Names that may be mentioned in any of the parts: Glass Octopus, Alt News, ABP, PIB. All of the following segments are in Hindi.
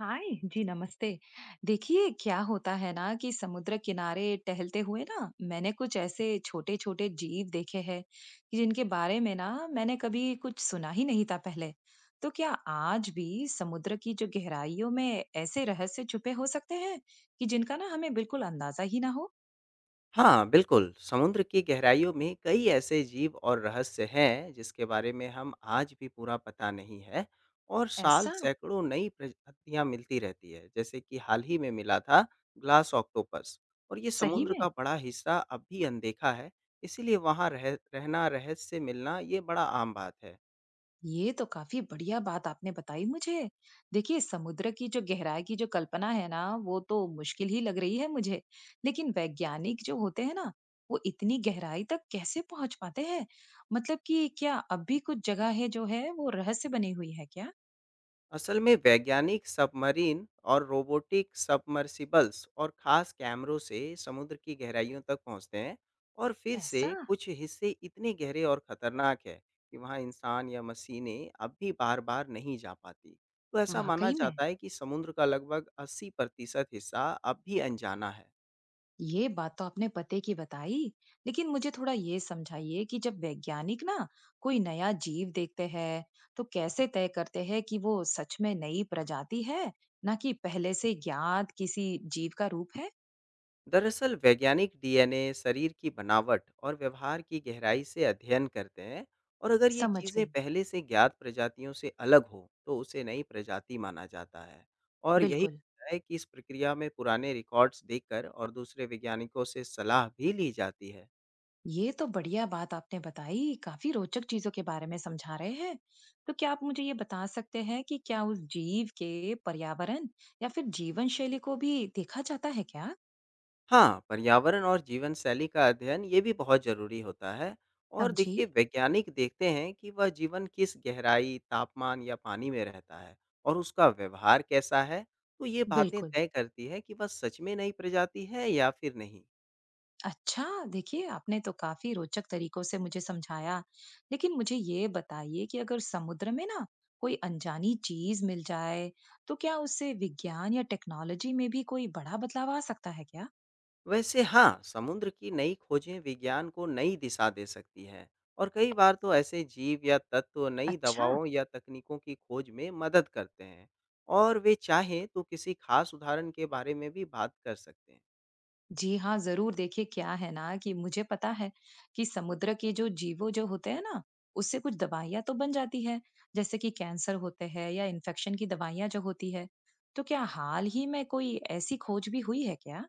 हाय। जी नमस्ते। देखिए क्या होता है ना कि समुद्र किनारे टहलते हुए ना मैंने कुछ ऐसे छोटे छोटे जीव देखे हैं कि जिनके बारे में ना मैंने कभी कुछ सुना ही नहीं था पहले। तो क्या आज भी समुद्र की जो गहराइयों में ऐसे रहस्य छुपे हो सकते हैं कि जिनका ना हमें बिल्कुल अंदाजा ही ना हो। हाँ, बिल्कुल, समुद्र की गहराइयों में कई ऐसे जीव और रहस्य हैं, जिसके बारे में हम आज भी पूरा पता नहीं है। और साल ऐसा। सैकड़ों नई प्रजातियाँ मिलती रहती है, जैसे कि हाल ही में मिला था ग्लास ऑक्टोपस। और ये सही समुद्र में। का बड़ा हिस्सा अब भी अनदेखा है, इसीलिए वहाँ रह रहना, रहस्य से मिलना ये बड़ा आम बात है। ये तो काफी बढ़िया बात आपने बताई मुझे। देखिए समुद्र की जो गहराई की जो कल्पना है ना वो तो मुश्किल ही लग रही है मुझे। लेकिन वैज्ञानिक जो होते हैं ना वो इतनी गहराई तक कैसे पहुंच पाते हैं? मतलब कि क्या अब भी कुछ जगह है जो है वो रहस्य बनी हुई है क्या? असल में वैज्ञानिक सबमरीन और रोबोटिक सबमर्सिबल्स और खास कैमरों से समुद्र की गहराइयों तक पहुंचते हैं। और फिर से ऐसा? कुछ हिस्से इतने गहरे और खतरनाक है कि वहां इंसान या मशीनें अब भी बार बार नहीं जा पाती। तो ऐसा माना वाकई में? जाता है कि समुद्र का लगभग 80% हिस्सा अब भी अनजाना है। ये बात तो आपने पते की बताई। लेकिन मुझे थोड़ा ये समझाइए कि जब वैज्ञानिक ना कोई नया जीव देखते हैं तो कैसे तय करते हैं कि वो सच में नई प्रजाति है ना कि पहले से ज्ञात किसी जीव का रूप है। दरअसल वैज्ञानिक डीएनए शरीर की बनावट और व्यवहार की गहराई से अध्ययन करते हैं। और अगर ये समझ चीज़ें गई। पहले से ज्ञात प्रजातियों से अलग हो तो उसे नई प्रजाति माना जाता है। और यही बिल्कुल। है कि इस प्रक्रिया में पुराने रिकॉर्ड्स देखकर और दूसरे वैज्ञानिकों से सलाह भी ली जाती है। ये तो बढ़िया बात आपने बताई, काफी रोचक चीजों के बारे में समझा रहे हैं। तो क्या आप मुझे ये बता सकते हैं कि क्या उस जीव के पर्यावरण या फिर जीवन शैली को भी देखा जाता है क्या? हाँ, पर्यावरण और जीवन शैली का अध्ययन ये भी बहुत ज़रूरी होता है। और समझी। देखिए वैज्ञानिक देखते हैं कि वह जीवन किस गहराई, तापमान या पानी में रहता है और उसका व्यवहार कैसा है, तो ये बातें बिल्कुल। तय करती है कि वह सच में नई प्रजाति है या फिर नहीं। अच्छा, देखिए आपने तो काफ़ी रोचक तरीकों से मुझे समझाया। लेकिन मुझे ये बताइए कि अगर समुद्र में ना कोई अनजानी चीज़ मिल जाए, तो क्या उससे विज्ञान या टेक्नोलॉजी में भी कोई बड़ा बदलाव आ सकता है क्या? वैसे हाँ, समुद्र की नई खोजें विज्ञान को नई दिशा दे सकती हैं। और कई बार तो ऐसे जीव या तत्व नई अच्छा। दवाओं या तकनीकों की खोज में मदद करते हैं। और वे चाहें तो किसी खास उदाहरण के बारे में भी बात कर सकते हैं। जी हाँ, ज़रूर। देखिए क्या है ना कि मुझे पता है कि समुद्र के जो जीवो जो होते हैं ना, उससे कुछ दवाइयाँ तो बन जाती है, जैसे कि कैंसर होते हैं या इन्फेक्शन की दवाइयाँ जो होती है। तो क्या हाल ही में कोई ऐसी खोज भी हुई है क्या?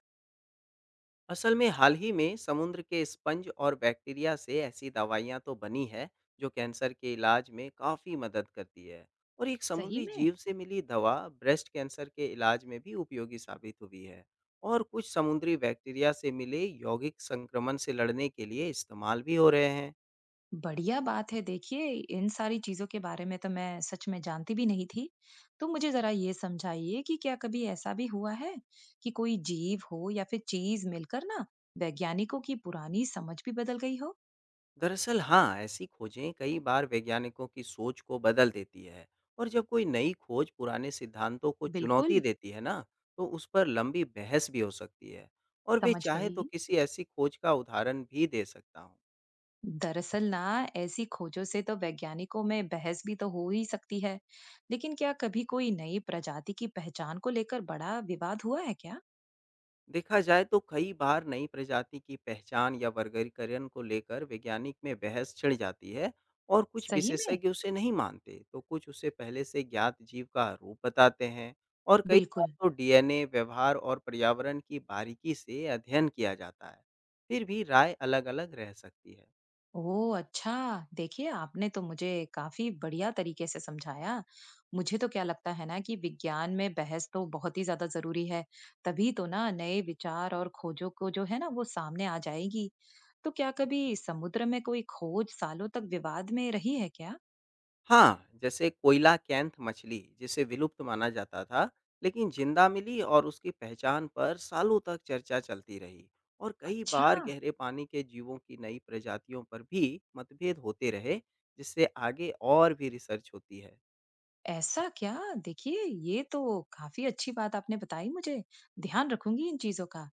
असल में हाल ही में समुद्र के स्पंज और बैक्टीरिया से ऐसी दवाइयाँ तो बनी है जो कैंसर के इलाज में काफ़ी मदद करती है। और एक सही समुद्री में? जीव से मिली दवा ब्रेस्ट कैंसर के इलाज में भी उपयोगी साबित हुई है। और कुछ समुद्री बैक्टीरिया से मिले यौगिक संक्रमण से लड़ने के लिए इस्तेमाल भी हो रहे हैं। बढ़िया बात है। देखिए, इन सारी चीज़ों के बारे में तो मैं सच में जानती भी नहीं थी। तो मुझे ज़रा ये समझाइए कि क्या कभी ऐसा भी हुआ है कि कोई जीव हो या फिर चीज़ मिलकर ना वैज्ञानिकों की पुरानी समझ भी बदल गई हो? दरअसल हाँ, ऐसी खोजें कई बार वैज्ञानिकों की सोच को बदल देती है। और जब कोई नई खोज पुराने सिद्धांतों को चुनौती बिल्कुल। देती है ना, तो उस पर लंबी बहस भी हो सकती है। और वे समझ चाहे तो गई। किसी ऐसी खोज का उदाहरण भी दे सकता हूँ। दरअसल ना ऐसी खोजों से तो वैज्ञानिकों में बहस भी तो हो ही सकती है। लेकिन क्या कभी कोई नई प्रजाति की पहचान को लेकर बड़ा विवाद हुआ है क्या? देखा जाए तो कई बार नई प्रजाति की पहचान या वर्गीकरण को लेकर वैज्ञानिक में बहस छिड़ जाती है। और कुछ सही में? विशेषज्ञ उसे नहीं मानते तो कुछ उसे पहले से ज्ञात जीव का रूप बताते हैं। और कई बार बिल्कुल। तो डीएनए व्यवहार और पर्यावरण की बारीकी से अध्ययन किया जाता है। फिर भी राय अलग-अलग रह सकती है। ओह अच्छा। देखिए आपने तो मुझे काफी बढ़िया तरीके से समझाया। मुझे तो क्या लगता है ना कि विज्ञान में बहस तो बहुत ही ज्यादा जरूरी है, तभी तो ना नए विचार और खोजों को जो है ना वो सामने आ जाएगी। तो क्या कभी समुद्र में कोई खोज सालों तक विवाद में रही है क्या? हाँ, जैसे कोयला कैंथ मछली जिसे विलुप्त माना जाता था, लेकिन जिंदा मिली और उसकी पहचान पर सालों तक चर्चा चलती रही। और कई अच्छा। बार गहरे पानी के जीवों की नई प्रजातियों पर भी मतभेद होते रहे, जिससे आगे और भी रिसर्च होती है। ऐसा क्या? देखिए, ये तो काफ़ी अच्छी बात आपने बताई मुझे, ध्यान रखूँगी इन चीज़ों का।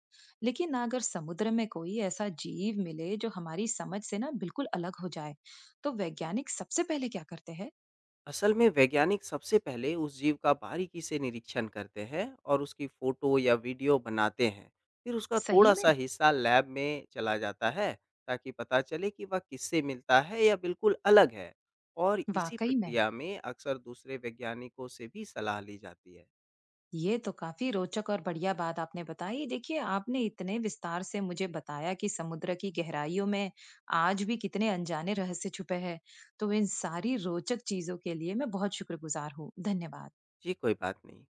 लेकिन अगर समुद्र में कोई ऐसा जीव मिले जो हमारी समझ से ना बिल्कुल अलग हो जाए, तो वैज्ञानिक सबसे पहले क्या करते हैं? असल में वैज्ञानिक सबसे पहले उस जीव का बारीकी से निरीक्षण करते हैं और उसकी फोटो या वीडियो बनाते हैं। फिर उसका सही थोड़ा सा में? हिस्सा लैब में चला जाता है ताकि पता चले कि वह किससे मिलता है या बिल्कुल अलग है। और इसी वाक़ई में? प्रक्रिया में अक्सर दूसरे वैज्ञानिकों से भी सलाह ली जाती है। ये तो काफ़ी रोचक और बढ़िया बात आपने बताई। देखिए, आपने इतने विस्तार से मुझे बताया कि समुद्र की गहराइयों में आज भी कितने अनजाने रहस्य छुपे हैं। तो इन सारी रोचक चीज़ों के लिए मैं बहुत शुक्रगुज़ार हूँ। धन्यवाद। जी कोई बात नहीं।